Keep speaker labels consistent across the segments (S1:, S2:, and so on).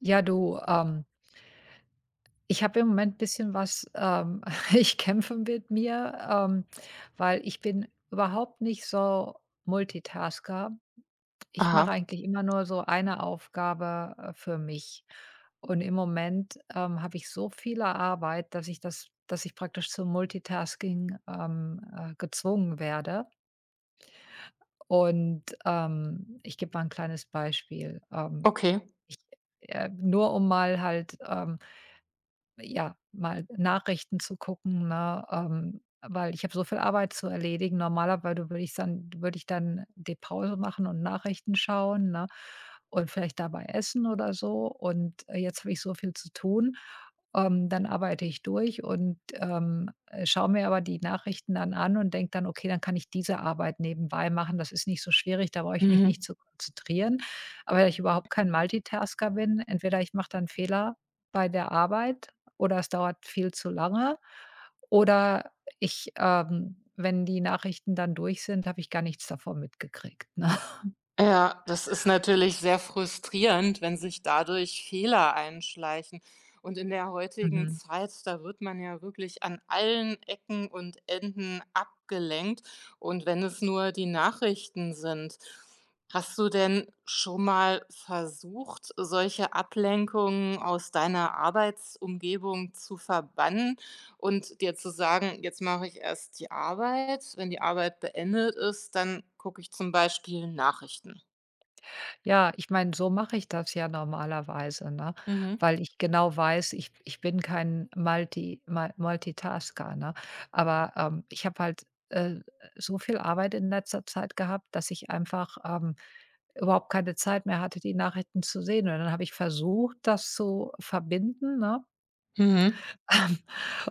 S1: Ja, du, ich habe im Moment ein bisschen was, ich kämpfe mit mir, weil ich bin überhaupt nicht so Multitasker. Ich mache
S2: Aha,
S1: eigentlich immer nur so eine Aufgabe, für mich. Und im Moment, habe ich so viel Arbeit, dass ich praktisch zum Multitasking, gezwungen werde. Und, ich gebe mal ein kleines Beispiel.
S2: okay.
S1: Ich, Nur um mal halt, ja, mal Nachrichten zu gucken, ne? Weil ich habe so viel Arbeit zu erledigen. Normalerweise würde ich dann die Pause machen und Nachrichten schauen, ne? Und vielleicht dabei essen oder so. Und, jetzt habe ich so viel zu tun. Dann arbeite ich durch und, schaue mir aber die Nachrichten dann an und denke dann: „Okay, dann kann ich diese Arbeit nebenbei machen. Das ist nicht so schwierig, da brauche ich mich nicht
S2: Mhm.
S1: zu konzentrieren." Aber da ich überhaupt kein Multitasker bin, entweder ich mache dann Fehler bei der Arbeit oder es dauert viel zu lange oder ich wenn die Nachrichten dann durch sind, habe ich gar nichts davon mitgekriegt, ne?
S2: Ja, das ist natürlich sehr frustrierend, wenn sich dadurch Fehler einschleichen. Und in der heutigen
S1: Mhm.
S2: Zeit, da wird man ja wirklich an allen Ecken und Enden abgelenkt. Und wenn es nur die Nachrichten sind, hast du denn schon mal versucht, solche Ablenkungen aus deiner Arbeitsumgebung zu verbannen? Und dir zu sagen: „Jetzt mache ich erst die Arbeit.“ Wenn die Arbeit beendet ist, dann gucke ich zum Beispiel Nachrichten.
S1: Ja, ich meine, so mache ich das ja normalerweise, ne?
S2: Mhm.
S1: Weil ich genau weiß, ich bin kein Multitasker, ne? Aber, ich habe halt, so viel Arbeit in letzter Zeit gehabt, dass ich einfach, überhaupt keine Zeit mehr hatte, die Nachrichten zu sehen. Und dann habe ich versucht, das zu verbinden, ne?
S2: Mhm.
S1: Ähm,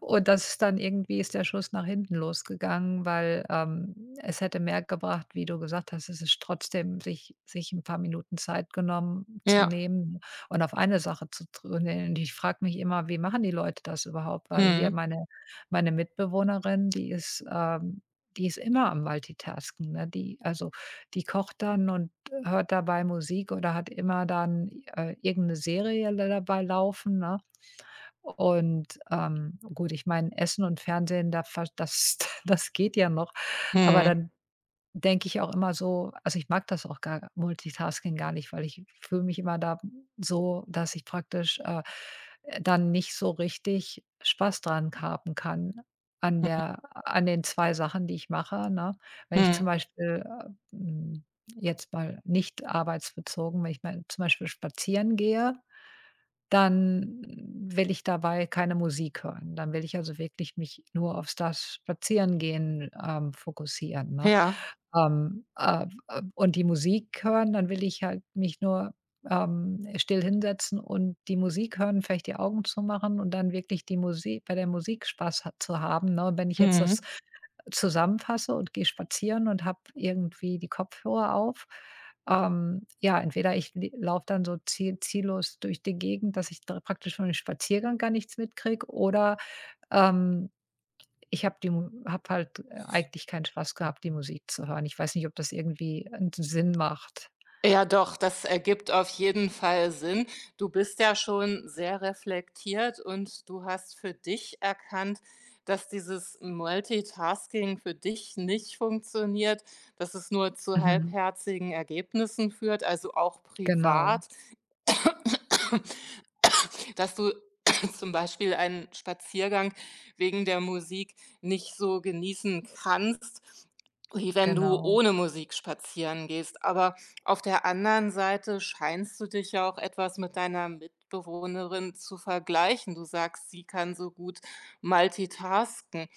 S1: Und das ist dann irgendwie ist der Schuss nach hinten losgegangen, weil, es hätte mehr gebracht, wie du gesagt hast. Es ist trotzdem sich ein paar Minuten Zeit genommen zu
S2: Ja.
S1: nehmen und auf eine Sache zu tr und ich frage mich immer, wie machen die Leute das überhaupt? Weil hier
S2: Mhm.
S1: meine Mitbewohnerin, die ist immer am Multitasken, ne? Die kocht dann und hört dabei Musik oder hat immer dann, irgend 'ne Serie dabei laufen, ne? Und, gut, ich meine, Essen und Fernsehen, da ver das das geht ja noch. Aber
S2: Mhm.
S1: dann denke ich auch immer also, ich mag das auch gar Multitasking gar nicht, weil ich fühle mich immer da so, dass ich praktisch, dann nicht so richtig Spaß dran haben kann an der an den 2 Sachen, die ich mache, ne? Wenn ich zum
S2: Mhm.
S1: Beispiel, hm, jetzt mal nicht arbeitsbezogen, wenn ich mal zum Beispiel spazieren gehe, dann will ich dabei keine Musik hören. Dann will ich also wirklich mich nur auf das Spazierengehen, fokussieren, ne?
S2: Ja.
S1: Und die Musik hören, dann will ich halt mich nur, still hinsetzen und die Musik hören, vielleicht die Augen zu machen und dann wirklich die Musik bei der Musik Spaß ha zu haben, ne? Und wenn ich jetzt das
S2: Mhm.
S1: zusammenfasse und gehe spazieren und habe irgendwie die Kopfhörer auf, ja, entweder ich laufe dann so ziellos durch die Gegend, dass ich da praktisch von dem Spaziergang gar nichts mitkriege oder, ähm, ich habe die Mu habe halt eigentlich keinen Spaß gehabt, die Musik zu hören. Ich weiß nicht, ob das irgendwie 'n Sinn macht.
S2: Ja, doch, das ergibt auf jeden Fall Sinn. Du bist ja schon sehr reflektiert und du hast für dich erkannt, dass dieses Multitasking für dich nicht funktioniert, dass es nur zu
S1: Mhm.
S2: halbherzigen Ergebnissen führt, also auch
S1: Genau,
S2: privat, dass du zum Beispiel einen Spaziergang wegen der Musik nicht so genießen kannst, wie wenn du
S1: genau.
S2: ohne Musik spazieren gehst. Aber auf der anderen Seite scheinst du dich ja auch etwas mit deiner Mitbewohnerin zu vergleichen. Du sagst, sie kann so gut multitasken.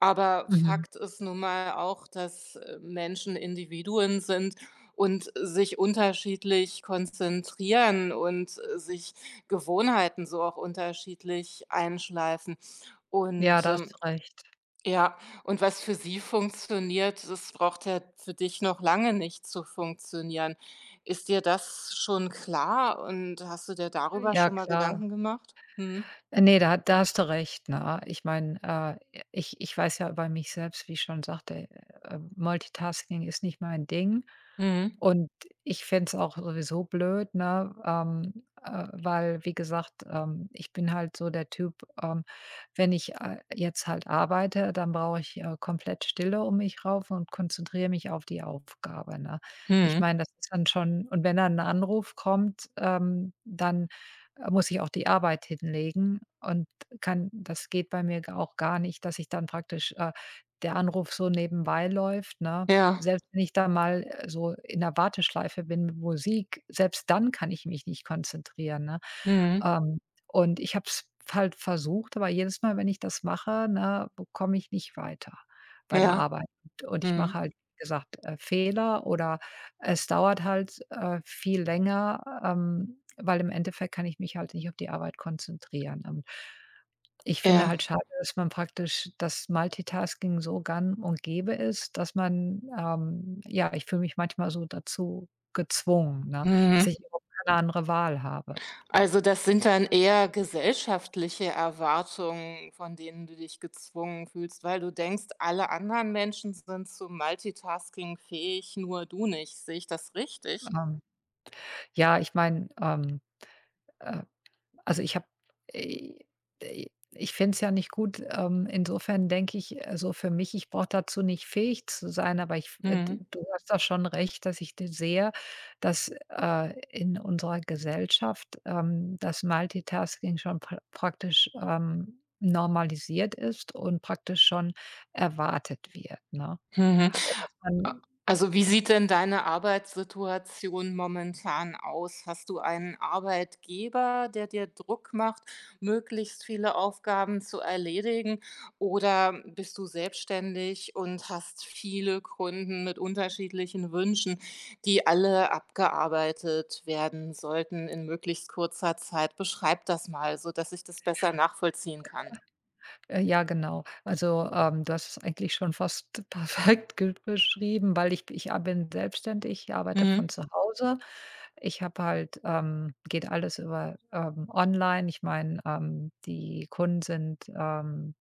S2: Aber
S1: Mhm.
S2: Fakt ist nun mal auch, dass Menschen Individuen sind und sich unterschiedlich konzentrieren und, sich Gewohnheiten so auch unterschiedlich einschleifen.
S1: Ja,
S2: Und,
S1: da hast du recht.
S2: ja, und was für sie funktioniert, das braucht ja für dich noch lange nicht zu funktionieren. Ist dir das schon klar und hast du dir darüber
S1: Ja,
S2: schon mal
S1: klar.
S2: Gedanken gemacht? Mhm.
S1: Ne, da hast du recht, ne? Ich meine, ich weiß ja bei mich selbst, wie ich schon sagte, Multitasking ist nicht mein Ding
S2: Mhm.
S1: und ich fände es auch sowieso blöd, ne, weil, wie gesagt, ich bin halt so der Typ, ähm, wenn ich, jetzt halt arbeite, dann brauche ich, komplett Stille um mich rauf und konzentriere mich auf die Aufgabe, ne? Ich
S2: Mhm.
S1: meine, das ist dann schon und wenn dann ein Anruf kommt, dann muss ich auch die Arbeit hinlegen und kann das geht bei mir g auch gar nicht, dass ich dann praktisch der Anruf so nebenbei läuft, ne?
S2: Ja.
S1: Selbst wenn ich da mal, so in der Warteschleife bin mit Musik, selbst dann kann ich mich nicht konzentrieren, ne?
S2: Mhm.
S1: Ähm, und ich habe es halt versucht, aber jedes Mal, wenn ich das mache, ne, komme ich nicht weiter bei der
S2: Ja.
S1: Arbeit. Und ich
S2: Mhm.
S1: mache halt, wie gesagt, Fehler oder es dauert halt, viel länger, weil im Endeffekt kann ich mich halt nicht auf die Arbeit konzentrieren. Und ich finde
S2: Ja.
S1: halt schade, dass man praktisch das Multitasking so gang und gäbe ist, dass man ja, ich fühle mich manchmal so dazu gezwungen, ne, dass
S2: Mhm.
S1: ich überhaupt keine andere Wahl habe.
S2: Also, das sind dann eher gesellschaftliche Erwartungen, von denen du dich gezwungen fühlst, weil du denkst, alle anderen Menschen sind zu Multitasking fähig, nur du nicht. Sehe ich das richtig?
S1: Ähm Ja, ich meine, äh, also äh, äh, ich finde es ja nicht gut. Insofern denke ich, so für mich, ich brauche dazu nicht fähig zu sein, aber
S2: Mhm.
S1: du hast da schon recht, dass ich sehe, dass in unserer Gesellschaft das Multitasking schon praktisch normalisiert ist und praktisch schon erwartet wird. Ne?
S2: Mhm.
S1: Und dass
S2: A,
S1: man.
S2: also, wie sieht denn deine Arbeitssituation momentan aus? Hast du einen Arbeitgeber, der dir Druck macht, möglichst viele Aufgaben zu erledigen? Oder bist du selbstständig und hast viele Kunden mit unterschiedlichen Wünschen, die alle abgearbeitet werden sollten in möglichst kurzer Zeit? Beschreib das mal, sodass ich das besser nachvollziehen kann.
S1: Ja, genau. Also, du hast es eigentlich schon fast perfekt ge beschrieben, weil ich ich a bin selbstständig, ich arbeite von
S2: Mhm.
S1: zu Hause. Ich habe halt geht alles über, online. Ich meine, die Kunden sind,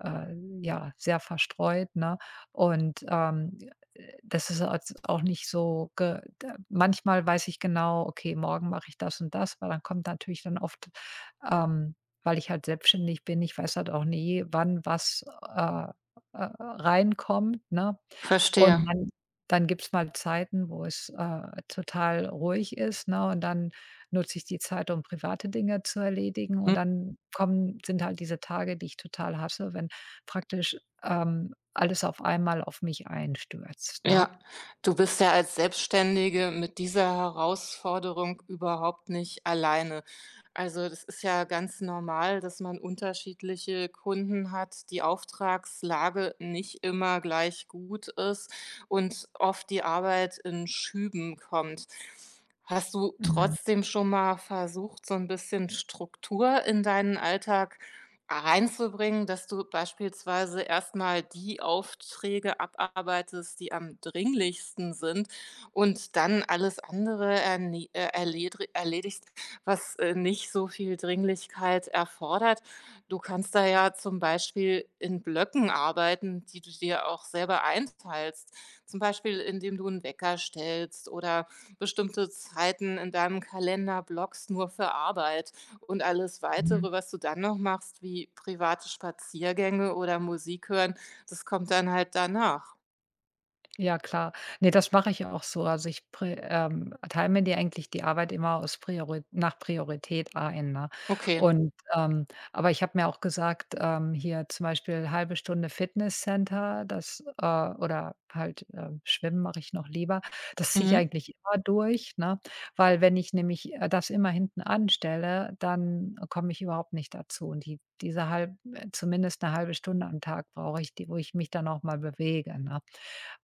S1: äh, ja, sehr verstreut, ne? Und, das ist als auch nicht so ge da manchmal weiß ich genau, okay, morgen mache ich das und das, weil dann kommt natürlich dann oft, ähm weil ich halt selbstständig bin, ich weiß halt auch nie, wann was, reinkommt, ne?
S2: Verstehe.
S1: Und dann gibt's mal Zeiten, wo es, total ruhig ist, ne? Und dann nutze ich die Zeit, um private Dinge zu erledigen und dann kommen sind halt diese Tage, die ich total hasse, wenn praktisch, alles auf einmal auf mich einstürzt, ne?
S2: Ja, du bist ja als Selbstständige mit dieser Herausforderung überhaupt nicht alleine. Also, das ist ja ganz normal, dass man unterschiedliche Kunden hat, die Auftragslage nicht immer gleich gut ist und oft die Arbeit in Schüben kommt. Hast du
S1: Mhm,
S2: trotzdem schon mal versucht, so ein bisschen Struktur in deinen Alltag reinzubringen, dass du beispielsweise erst mal die Aufträge abarbeitest, die am dringlichsten sind und dann alles andere erne erledri erledigst, was, nicht so viel Dringlichkeit erfordert. Du kannst da ja zum Beispiel in Blöcken arbeiten, die du dir auch selber einteilst. Zum Beispiel, indem du einen Wecker stellst oder bestimmte Zeiten in deinem Kalender blockst nur für Arbeit. Und alles
S1: mhm.
S2: Weitere, was du dann noch machst, wie private Spaziergänge oder Musik hören, das kommt dann halt danach.
S1: Ja, klar. Ne, das mache ich auch so. Also, ich pri teile mir die eigentlich die Arbeit immer aus Priori nach Priorität ein, ne?
S2: Okay.
S1: Und, aber ich habe mir auch gesagt, hier zum Beispiel halbe Stunde Fitnesscenter, oder halt, Schwimmen mache ich noch lieber. Das ziehe ich
S2: Mhm.
S1: eigentlich immer durch, ne? Weil wenn ich nämlich, das immer hinten anstelle, dann komme ich überhaupt nicht dazu. Und die diese halb zumindest eine halbe Stunde am Tag brauche ich, die wo ich mich dann auch mal bewege, ne?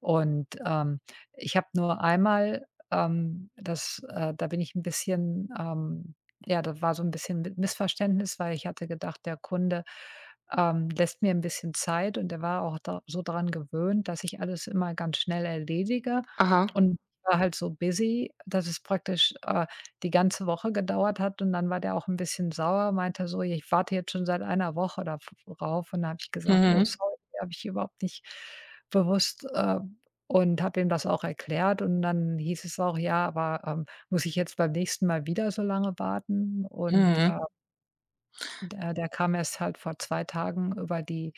S1: Und, ich habe nur einmal, das da bin ich ein bisschen, ja, da war so ein bisschen Mi Missverständnis, weil ich hatte gedacht, der Kunde, lässt mir ein bisschen Zeit und er war auch da so dran gewöhnt, dass ich alles immer ganz schnell erledige
S2: Aha.
S1: und war halt so busy, dass es praktisch, die ganze Woche gedauert hat und dann war der auch ein bisschen sauer, meinte so: „Ich warte jetzt schon seit einer Woche darauf." Und da habe ich gesagt: „Oh,
S2: Mhm.
S1: sorry, habe ich überhaupt nicht bewusst“ und habe ihm das auch erklärt und dann hieß es auch: „Ja, aber, muss ich jetzt beim nächsten Mal wieder so lange warten?" Und,
S2: Mhm.
S1: der kam erst halt vor 2 Tagen über die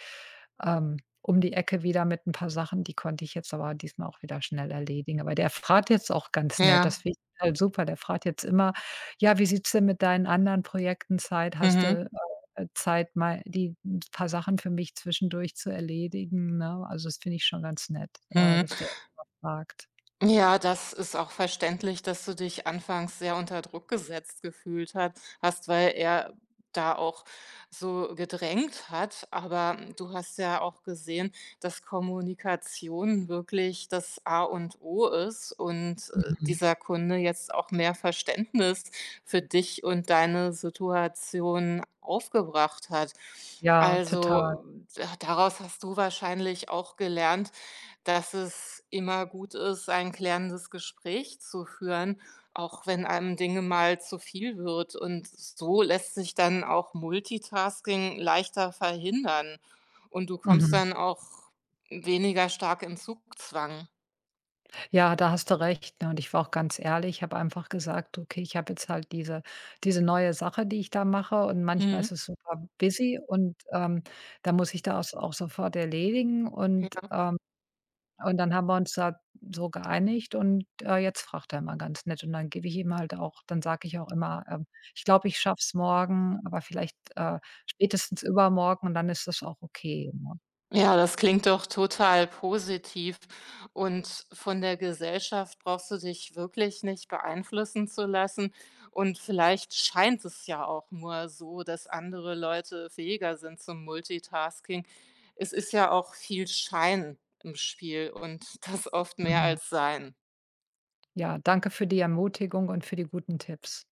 S1: um die Ecke wieder mit ein paar Sachen, die konnte ich jetzt aber diesmal auch wieder schnell erledigen. Aber der fragt jetzt auch ganz nett, das
S2: Ja.
S1: finde ich halt super. Der fragt jetzt immer: „Ja, wie sieht's denn mit deinen anderen Projekten Zeit? Hast
S2: Mhm.
S1: du, Zeit, mal die 'n paar Sachen für mich zwischendurch zu erledigen", ne? Also, das finde ich schon ganz nett,
S2: Mhm.
S1: dass der fragt.
S2: Ja, das ist auch verständlich, dass du dich anfangs sehr unter Druck gesetzt gefühlt hat hast, weil er da auch so gedrängt hat. Aber du hast ja auch gesehen, dass Kommunikation wirklich das A und O ist und
S1: Mhm.
S2: dieser Kunde jetzt auch mehr Verständnis für dich und deine Situation aufgebracht hat.
S1: Ja, total.
S2: Also daraus hast du wahrscheinlich auch gelernt, dass es immer gut ist, ein klärendes Gespräch zu führen, auch wenn einem Dinge mal zu viel wird. Und so lässt sich dann auch Multitasking leichter verhindern. Und du kommst
S1: Mhm.
S2: dann auch weniger stark in Zugzwang.
S1: Ja, da hast du recht, ne? Und ich war auch ganz ehrlich, habe einfach gesagt: „Okay, ich habe jetzt halt diese neue Sache, die ich da mache und manchmal
S2: Mhm.
S1: ist es super busy und, da muss ich das auch sofort erledigen."
S2: Ja.
S1: Und dann haben wir uns da so geeinigt und, jetzt fragt er immer ganz nett und dann sage ich auch immer: „Ich glaube, ich schaff's morgen, aber vielleicht, spätestens übermorgen und dann ist das auch okay", ne?
S2: Ja, das klingt doch total positiv. Und von der Gesellschaft brauchst du dich wirklich nicht beeinflussen zu lassen. Und vielleicht scheint es ja auch nur so, dass andere Leute fähiger sind zum Multitasking. Es ist ja auch viel Schein im Spiel und das oft mehr
S1: Mhm.
S2: als Sein.
S1: Ja, danke für die Ermutigung und für die guten Tipps.